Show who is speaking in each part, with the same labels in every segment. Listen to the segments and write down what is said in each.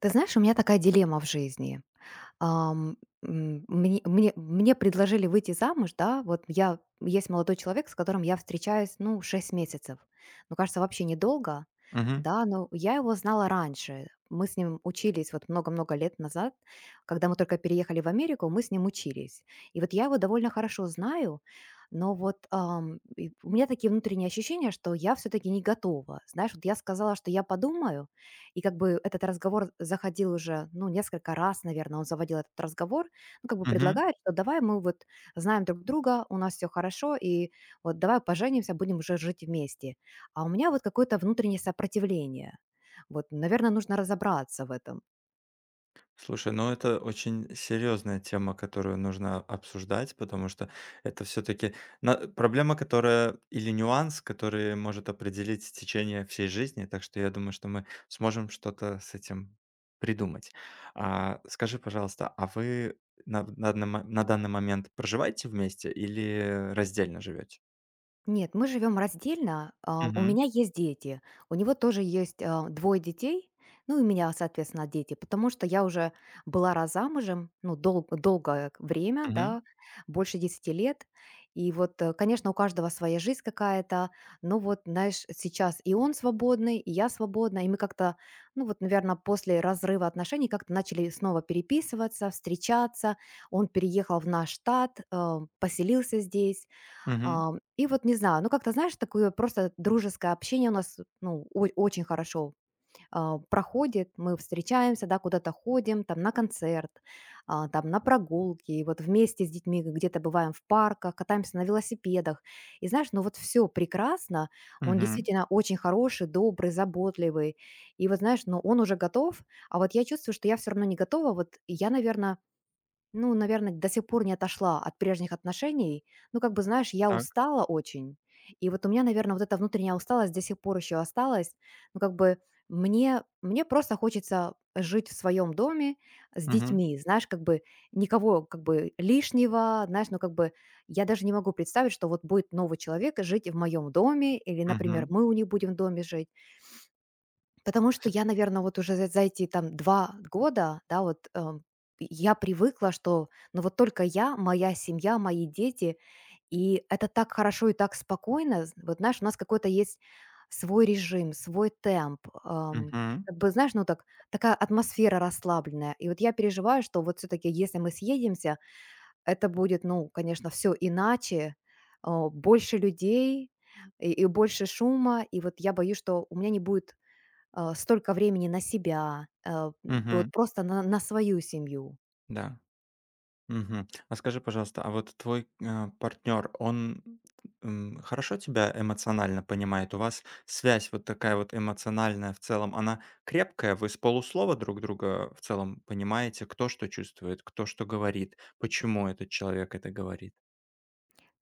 Speaker 1: Ты знаешь, у меня такая дилемма в жизни. Ам, м, мне, мне, мне предложили выйти замуж, да, вот я, есть молодой человек, с которым я встречаюсь, ну, 6 месяцев. Ну, кажется, вообще недолго,
Speaker 2: Мгм,
Speaker 1: да, но я его знала раньше. Мы с ним учились вот много-много лет назад, когда мы только переехали в Америку, мы с ним учились. И вот я его довольно хорошо знаю, но вот и у меня такие внутренние ощущения, что я все-таки не готова. Знаешь, вот я сказала, что я подумаю, и как бы этот разговор заходил уже, ну, несколько раз, наверное, он заводил этот разговор, ну, как бы
Speaker 2: мгм.
Speaker 1: предлагает, что давай мы вот знаем друг друга, у нас все хорошо, и вот давай поженимся, будем уже жить вместе. А у меня вот какое-то внутреннее сопротивление. Вот, наверное, нужно разобраться в этом.
Speaker 2: Слушай, ну это очень серьезная тема, которую нужно обсуждать, потому что это все-таки проблема, которая или нюанс, который может определить течение всей жизни. Так что я думаю, что мы сможем что-то с этим придумать. А, скажи, пожалуйста, а вы на данный момент проживаете вместе или раздельно живете?
Speaker 1: Нет, мы живем раздельно. У
Speaker 2: Мгм,
Speaker 1: меня есть дети. У него тоже есть, 2 детей. Ну, и у меня, соответственно, дети. Потому что я уже была раз замужем, ну, долгое к время,
Speaker 2: мгм,
Speaker 1: да, больше 10 лет. И вот, конечно, у каждого своя жизнь какая-то. Но вот, знаешь, сейчас и он свободный, и я свободна. И мы как-то, ну, вот, наверное, после разрыва отношений как-то начали снова переписываться, встречаться. Он переехал в наш штат, поселился здесь.
Speaker 2: мгм,
Speaker 1: И вот не знаю, ну, как-то, знаешь, такое просто дружеское общение у нас, ну, очень хорошо проходит. Мы встречаемся, да, куда-то ходим, там, на концерт, там, на прогулки. И вот вместе с детьми где-то бываем в парках, катаемся на велосипедах. И знаешь, ну, вот все прекрасно. Он
Speaker 2: мгм.
Speaker 1: действительно очень хороший, добрый, заботливый. И вот, знаешь, ну, он уже готов, а вот я чувствую, что я все равно не готова. Вот я, наверное, ну, наверное, до сих пор не отошла от прежних отношений. Ну, как бы, знаешь, я
Speaker 2: Так,
Speaker 1: устала очень. И вот у меня, наверное, вот эта внутренняя усталость до сих пор еще осталась. Ну, как бы мне просто хочется жить в своем доме с
Speaker 2: мгм,
Speaker 1: детьми, знаешь, как бы никого как бы лишнего, знаешь, ну как бы я даже не могу представить, что вот будет новый человек жить в моем доме, или, например,
Speaker 2: мгм,
Speaker 1: мы у них будем в доме жить. Потому что
Speaker 2: с-
Speaker 1: я, наверное, вот уже за эти там 2 года, да, вот, я привыкла, что, ну, вот только я, моя семья, мои дети. И это так хорошо и так спокойно. З Вот знаешь, у нас какой-то есть свой режим, свой темп.
Speaker 2: мгм,
Speaker 1: Как бы, знаешь, ну, так такая атмосфера расслабленная. И вот я переживаю, что вот все таки если мы съедемся, это будет, ну, конечно, все иначе, больше людей и больше шума. И вот я боюсь, что у меня не будет столько времени на себя, вот
Speaker 2: мгм,
Speaker 1: просто на свою семью.
Speaker 2: да. Мгм. А скажи, пожалуйста, а вот твой, партнер, он, хорошо тебя эмоционально понимает? У вас связь вот такая вот эмоциональная в целом, она крепкая? Вы с полуслова друг друга в целом понимаете, кто что чувствует, кто что говорит, почему этот человек это говорит?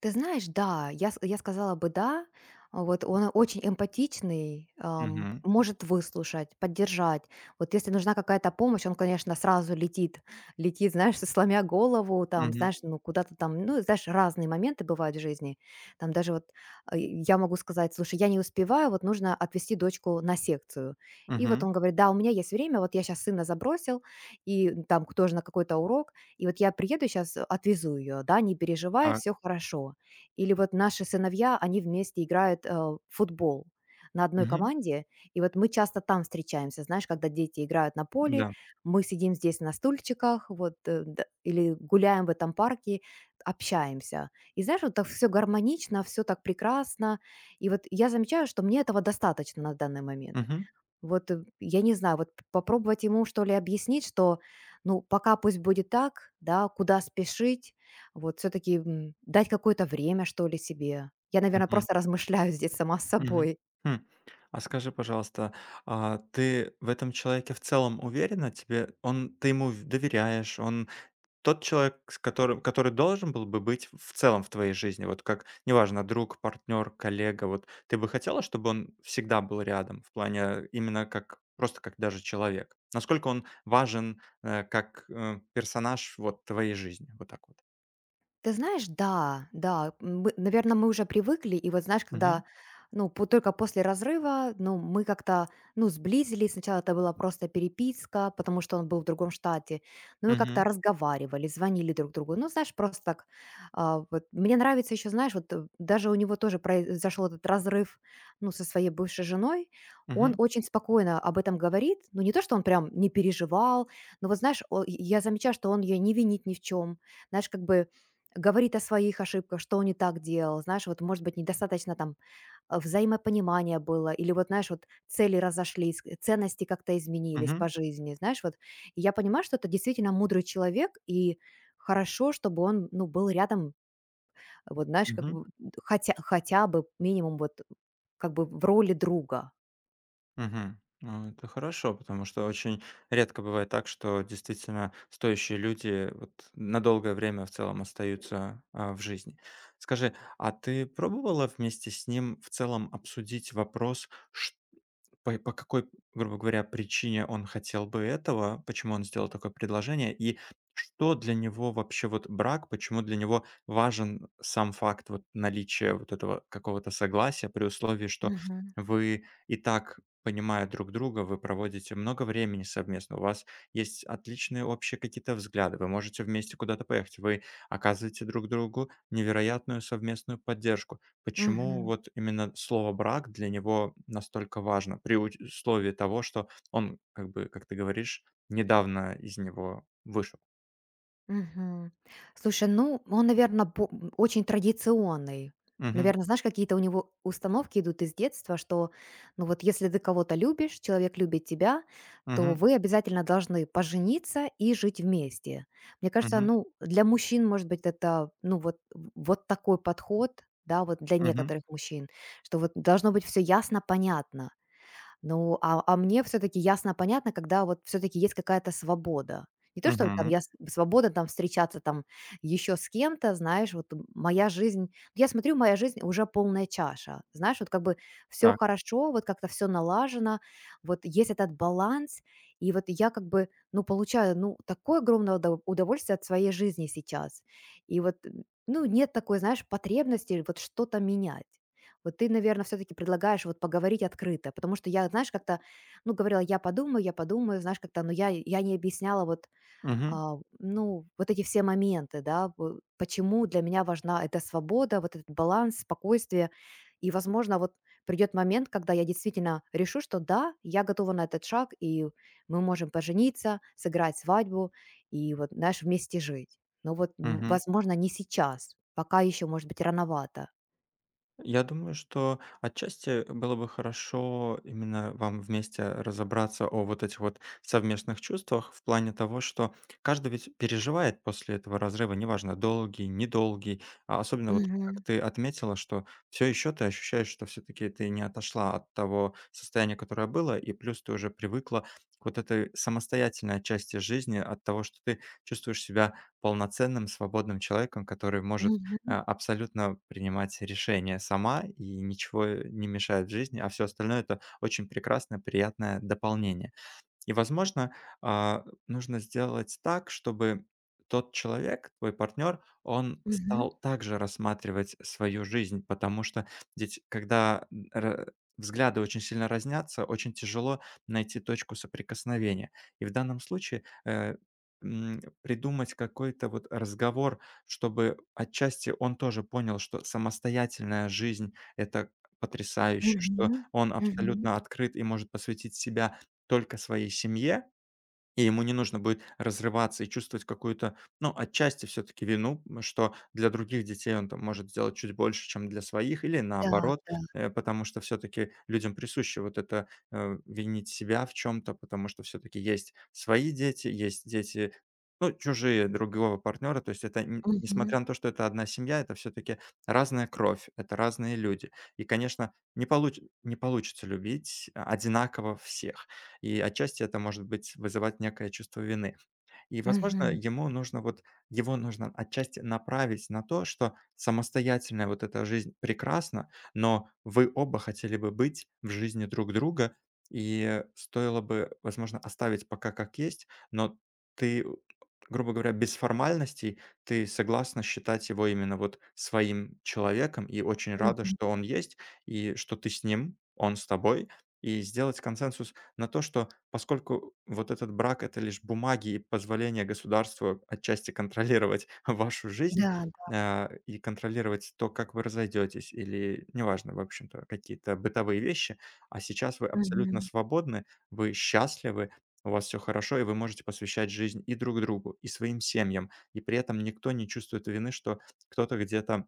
Speaker 1: Ты знаешь, да, я сказала бы да. Вот он очень эмпатичный,
Speaker 2: Мгм.
Speaker 1: может выслушать, поддержать. Вот если нужна какая-то помощь, он, конечно, сразу летит, знаешь, сломя голову, там,
Speaker 2: Мгм.
Speaker 1: знаешь, ну куда-то там, ну, знаешь, разные моменты бывают в жизни. Там даже вот я могу сказать, слушай, я не успеваю, вот нужно отвезти дочку на секцию. И вот
Speaker 2: Мгм.
Speaker 1: он говорит, да, у меня есть время, вот я сейчас сына забросил, и там тоже на какой-то урок, и вот я приеду сейчас, отвезу ее, да, не переживай,
Speaker 2: Так.
Speaker 1: все хорошо. Или вот наши сыновья, они вместе играют в футбол на одной
Speaker 2: Мгм.
Speaker 1: команде, и вот мы часто там встречаемся, знаешь, когда дети играют на поле,
Speaker 2: Да.
Speaker 1: мы сидим здесь на стульчиках, вот, или гуляем в этом парке, общаемся. И знаешь, вот так все гармонично, все так прекрасно, и вот я замечаю, что мне этого достаточно на данный момент.
Speaker 2: Мгм.
Speaker 1: Вот, я не знаю, вот п попробовать ему, что ли, объяснить, что, ну, пока пусть будет так, да, куда спешить, вот все таки дать какое-то время, что ли, себе. Я, наверное,
Speaker 2: Мгм.
Speaker 1: просто размышляю здесь сама с
Speaker 2: Мгм.
Speaker 1: собой.
Speaker 2: Хм. А скажи, пожалуйста, а ты в этом человеке в целом уверена? Тебе он ты ему в доверяешь, он Тот человек, с которым который должен был бы быть в целом в твоей жизни, вот как, неважно, друг, партнер, коллега, вот ты бы хотела, чтобы он всегда был рядом в плане именно как просто как даже человек? Насколько он важен, как, персонаж вот твоей жизни? Вот так вот.
Speaker 1: Ты знаешь, да, да, наверное, мы уже привыкли, и вот знаешь, когда,
Speaker 2: Мгм.
Speaker 1: ну, только после разрыва, ну, мы как-то, ну, сблизились, сначала это была просто переписка, потому что он был в другом штате, ну, мы как-то
Speaker 2: Мгм.
Speaker 1: разговаривали, звонили друг другу, ну, знаешь, просто так, вот, мне нравится еще, знаешь, вот даже у него тоже произошел этот разрыв, ну, со своей бывшей женой, он
Speaker 2: Мгм.
Speaker 1: очень спокойно об этом говорит, ну, не то, что он прям не переживал, но вот, знаешь, я замечаю, что он ее не винит ни в чем, знаешь, как бы говорит о своих ошибках, что он не так делал. Знаешь, вот, может быть, недостаточно там взаимопонимания было, или вот, знаешь, вот цели разошлись, ценности как-то изменились по
Speaker 2: Мгм.
Speaker 1: жизни, знаешь, вот. И я понимаю, что это действительно мудрый человек, и хорошо, чтобы он, ну, был рядом, вот, знаешь, как
Speaker 2: Мгм.
Speaker 1: бы хотя бы минимум вот как бы в роли друга.
Speaker 2: Мгм. Ну, это хорошо, потому что очень редко бывает так, что действительно стоящие люди вот на долгое время в целом остаются, в жизни. Скажи, а ты пробовала вместе с ним в целом обсудить вопрос, по какой, грубо говоря, причине он хотел бы этого, почему он сделал такое предложение и что для него вообще вот брак, почему для него важен сам факт вот наличия вот этого какого-то согласия при условии, что
Speaker 1: Мгм.
Speaker 2: вы и так, понимая друг друга, вы проводите много времени совместно, у вас есть отличные общие какие-то взгляды, вы можете вместе куда-то поехать, вы оказываете друг другу невероятную совместную поддержку. Почему
Speaker 1: Мгм.
Speaker 2: вот именно слово брак для него настолько важно при уч условии того, что он, как бы, как ты говоришь, недавно из него вышел?
Speaker 1: Мгм. Слушай, ну, он, наверное, очень традиционный.
Speaker 2: Мгм,
Speaker 1: Наверное, знаешь, какие-то у него установки идут из детства, что, ну, вот если ты кого-то любишь, человек любит тебя, то
Speaker 2: мгм,
Speaker 1: вы обязательно должны пожениться и жить вместе. Мне кажется,
Speaker 2: мгм,
Speaker 1: ну, для мужчин, может быть, это, ну, вот такой подход, да, вот для
Speaker 2: мгм,
Speaker 1: некоторых мужчин, что вот должно быть все ясно, понятно. Ну, а мне все таки ясно, понятно, когда вот все таки есть какая-то свобода. Не то, что там
Speaker 2: мгм.
Speaker 1: я с свобода там встречаться там еще с кем-то, знаешь, вот моя жизнь я смотрю, моя жизнь уже полная чаша. Знаешь, вот как бы все
Speaker 2: Так.
Speaker 1: хорошо, вот как-то все налажено, вот есть этот баланс, и вот я как бы, ну, получаю, ну, такое огромное удовольствие от своей жизни сейчас. И вот, ну, нет такой, знаешь, потребности вот что-то менять. Вот ты, наверное, все-таки предлагаешь вот поговорить открыто, потому что я, знаешь, как-то, ну, говорила, я подумаю, знаешь, как-то, но я не объясняла вот,
Speaker 2: Мгм,
Speaker 1: ну, вот эти все моменты, да, почему для меня важна эта свобода, вот этот баланс, спокойствие, и, возможно, вот придет момент, когда я действительно решу, что да, я готова на этот шаг, и мы можем пожениться, сыграть свадьбу и вот, знаешь, вместе жить. Но вот,
Speaker 2: мгм.
Speaker 1: возможно, не сейчас, пока еще, может быть, рановато.
Speaker 2: Я думаю, что отчасти было бы хорошо именно вам вместе разобраться о вот этих вот совместных чувствах в плане того, что каждый ведь переживает после этого разрыва, неважно, долгий, недолгий. А особенно вот как
Speaker 1: Мгм.
Speaker 2: ты отметила, что все еще ты ощущаешь, что все-таки ты не отошла от того состояния, которое было, и плюс ты уже привыкла к вот этой самостоятельной части жизни, от того, что ты чувствуешь себя полноценным, свободным человеком, который может
Speaker 1: Мгм.
Speaker 2: абсолютно принимать решения сама, и ничего не мешает в жизни, а все остальное это очень прекрасное, приятное дополнение. И, возможно, нужно сделать так, чтобы тот человек, твой партнер, он
Speaker 1: Мгм.
Speaker 2: стал также рассматривать свою жизнь, потому что ведь когда взгляды очень сильно разнятся, очень тяжело найти точку соприкосновения. И в данном случае придумать какой-то вот разговор, чтобы отчасти он тоже понял, что самостоятельная жизнь— это потрясающе, что
Speaker 1: Мгм.
Speaker 2: он
Speaker 1: Мгм.
Speaker 2: абсолютно открыт и может посвятить себя только своей семье, и ему не нужно будет разрываться и чувствовать какую-то, ну, отчасти все-таки вину, что для других детей он там может сделать чуть больше, чем для своих, или
Speaker 1: Да,
Speaker 2: наоборот,
Speaker 1: да.
Speaker 2: потому что все-таки людям присуще вот это винить себя в чем-то, потому что все-таки есть свои дети, есть дети, ну, чужие другого партнера, то есть это,
Speaker 1: Мгм.
Speaker 2: несмотря на то, что это одна семья, это все-таки разная кровь, это разные люди. И, конечно, не получится любить одинаково всех. И отчасти это может быть вызывать некое чувство вины. И, возможно,
Speaker 1: Мгм.
Speaker 2: ему нужно вот его нужно отчасти направить на то, что самостоятельная вот эта жизнь прекрасна, но вы оба хотели бы быть в жизни друг друга, и стоило бы, возможно, оставить пока как есть, но ты, грубо говоря, без формальностей, ты согласна считать его именно вот своим человеком и очень рада,
Speaker 1: Мгм.
Speaker 2: что он есть, и что ты с ним, он с тобой. И сделать консенсус на то, что Поскольку вот этот брак— это лишь бумаги и позволение государству отчасти контролировать вашу жизнь,
Speaker 1: Да, да.
Speaker 2: а, и контролировать то, как вы разойдетесь, или неважно, в общем-то, какие-то бытовые вещи, а сейчас вы абсолютно
Speaker 1: Мгм.
Speaker 2: свободны, вы счастливы, у вас всё хорошо, и вы можете посвящать жизнь и друг другу, и своим семьям, и при этом никто не чувствует вины, что кто-то где-то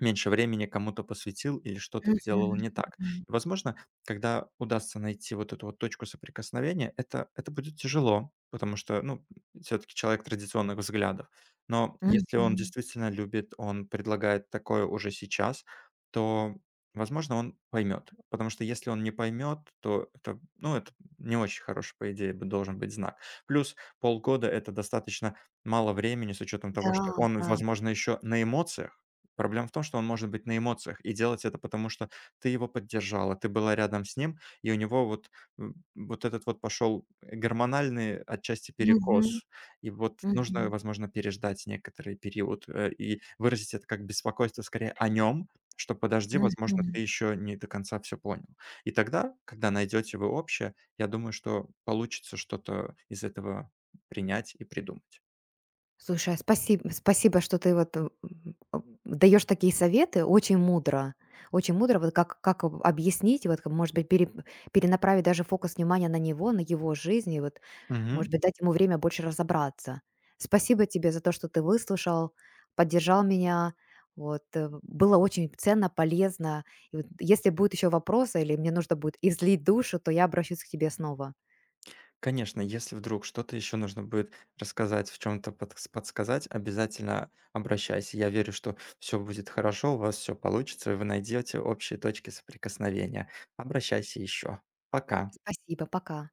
Speaker 2: меньше времени кому-то посвятил или что-то сделал
Speaker 1: Мгм.
Speaker 2: не так.
Speaker 1: Мгм.
Speaker 2: И, возможно, когда удастся найти вот эту вот точку соприкосновения, это будет тяжело, потому что, ну, все таки человек традиционных взглядов. Но если он
Speaker 1: Мгм.
Speaker 2: действительно любит, он предлагает такое уже сейчас, то, возможно, он поймет. Потому что если он не поймет, то это, ну, это не очень хороший, по идее, бы должен быть знак. Плюс полгода— это достаточно мало времени с учетом
Speaker 1: Да,
Speaker 2: того, что он,
Speaker 1: да.
Speaker 2: возможно, еще на эмоциях. Проблема в том, что он может быть на эмоциях и делать это потому, что ты его поддержала, ты была рядом с ним, и у него вот, вот этот вот пошел гормональный отчасти
Speaker 1: Мгм.
Speaker 2: перекос. И вот нужно,
Speaker 1: Мгм.
Speaker 2: возможно, переждать некоторый период, и выразить это как беспокойство скорее о нем, что подожди, возможно,
Speaker 1: Мгм.
Speaker 2: ты еще не до конца все понял. И тогда, когда найдете вы общее, я думаю, что получится что-то из этого принять и придумать.
Speaker 1: Слушай, спасибо, спасибо, что ты вот, даёшь такие советы. Очень мудро. Очень мудро, вот как объяснить, вот, как, может быть, перенаправить даже фокус внимания на него, на его жизнь. И вот
Speaker 2: Мгм.
Speaker 1: может быть, дать ему время больше разобраться. Спасибо тебе за то, что ты выслушал, поддержал меня. Вот, было очень ценно, полезно. И вот если будут еще вопросы или мне нужно будет излить душу, то я обращусь к тебе снова.
Speaker 2: Конечно, если вдруг что-то еще нужно будет рассказать, в чем-то подсказать, обязательно обращайся. Я верю, что все будет хорошо, у вас все получится, и вы найдете общие точки соприкосновения. Обращайся еще. Пока.
Speaker 1: Спасибо, пока.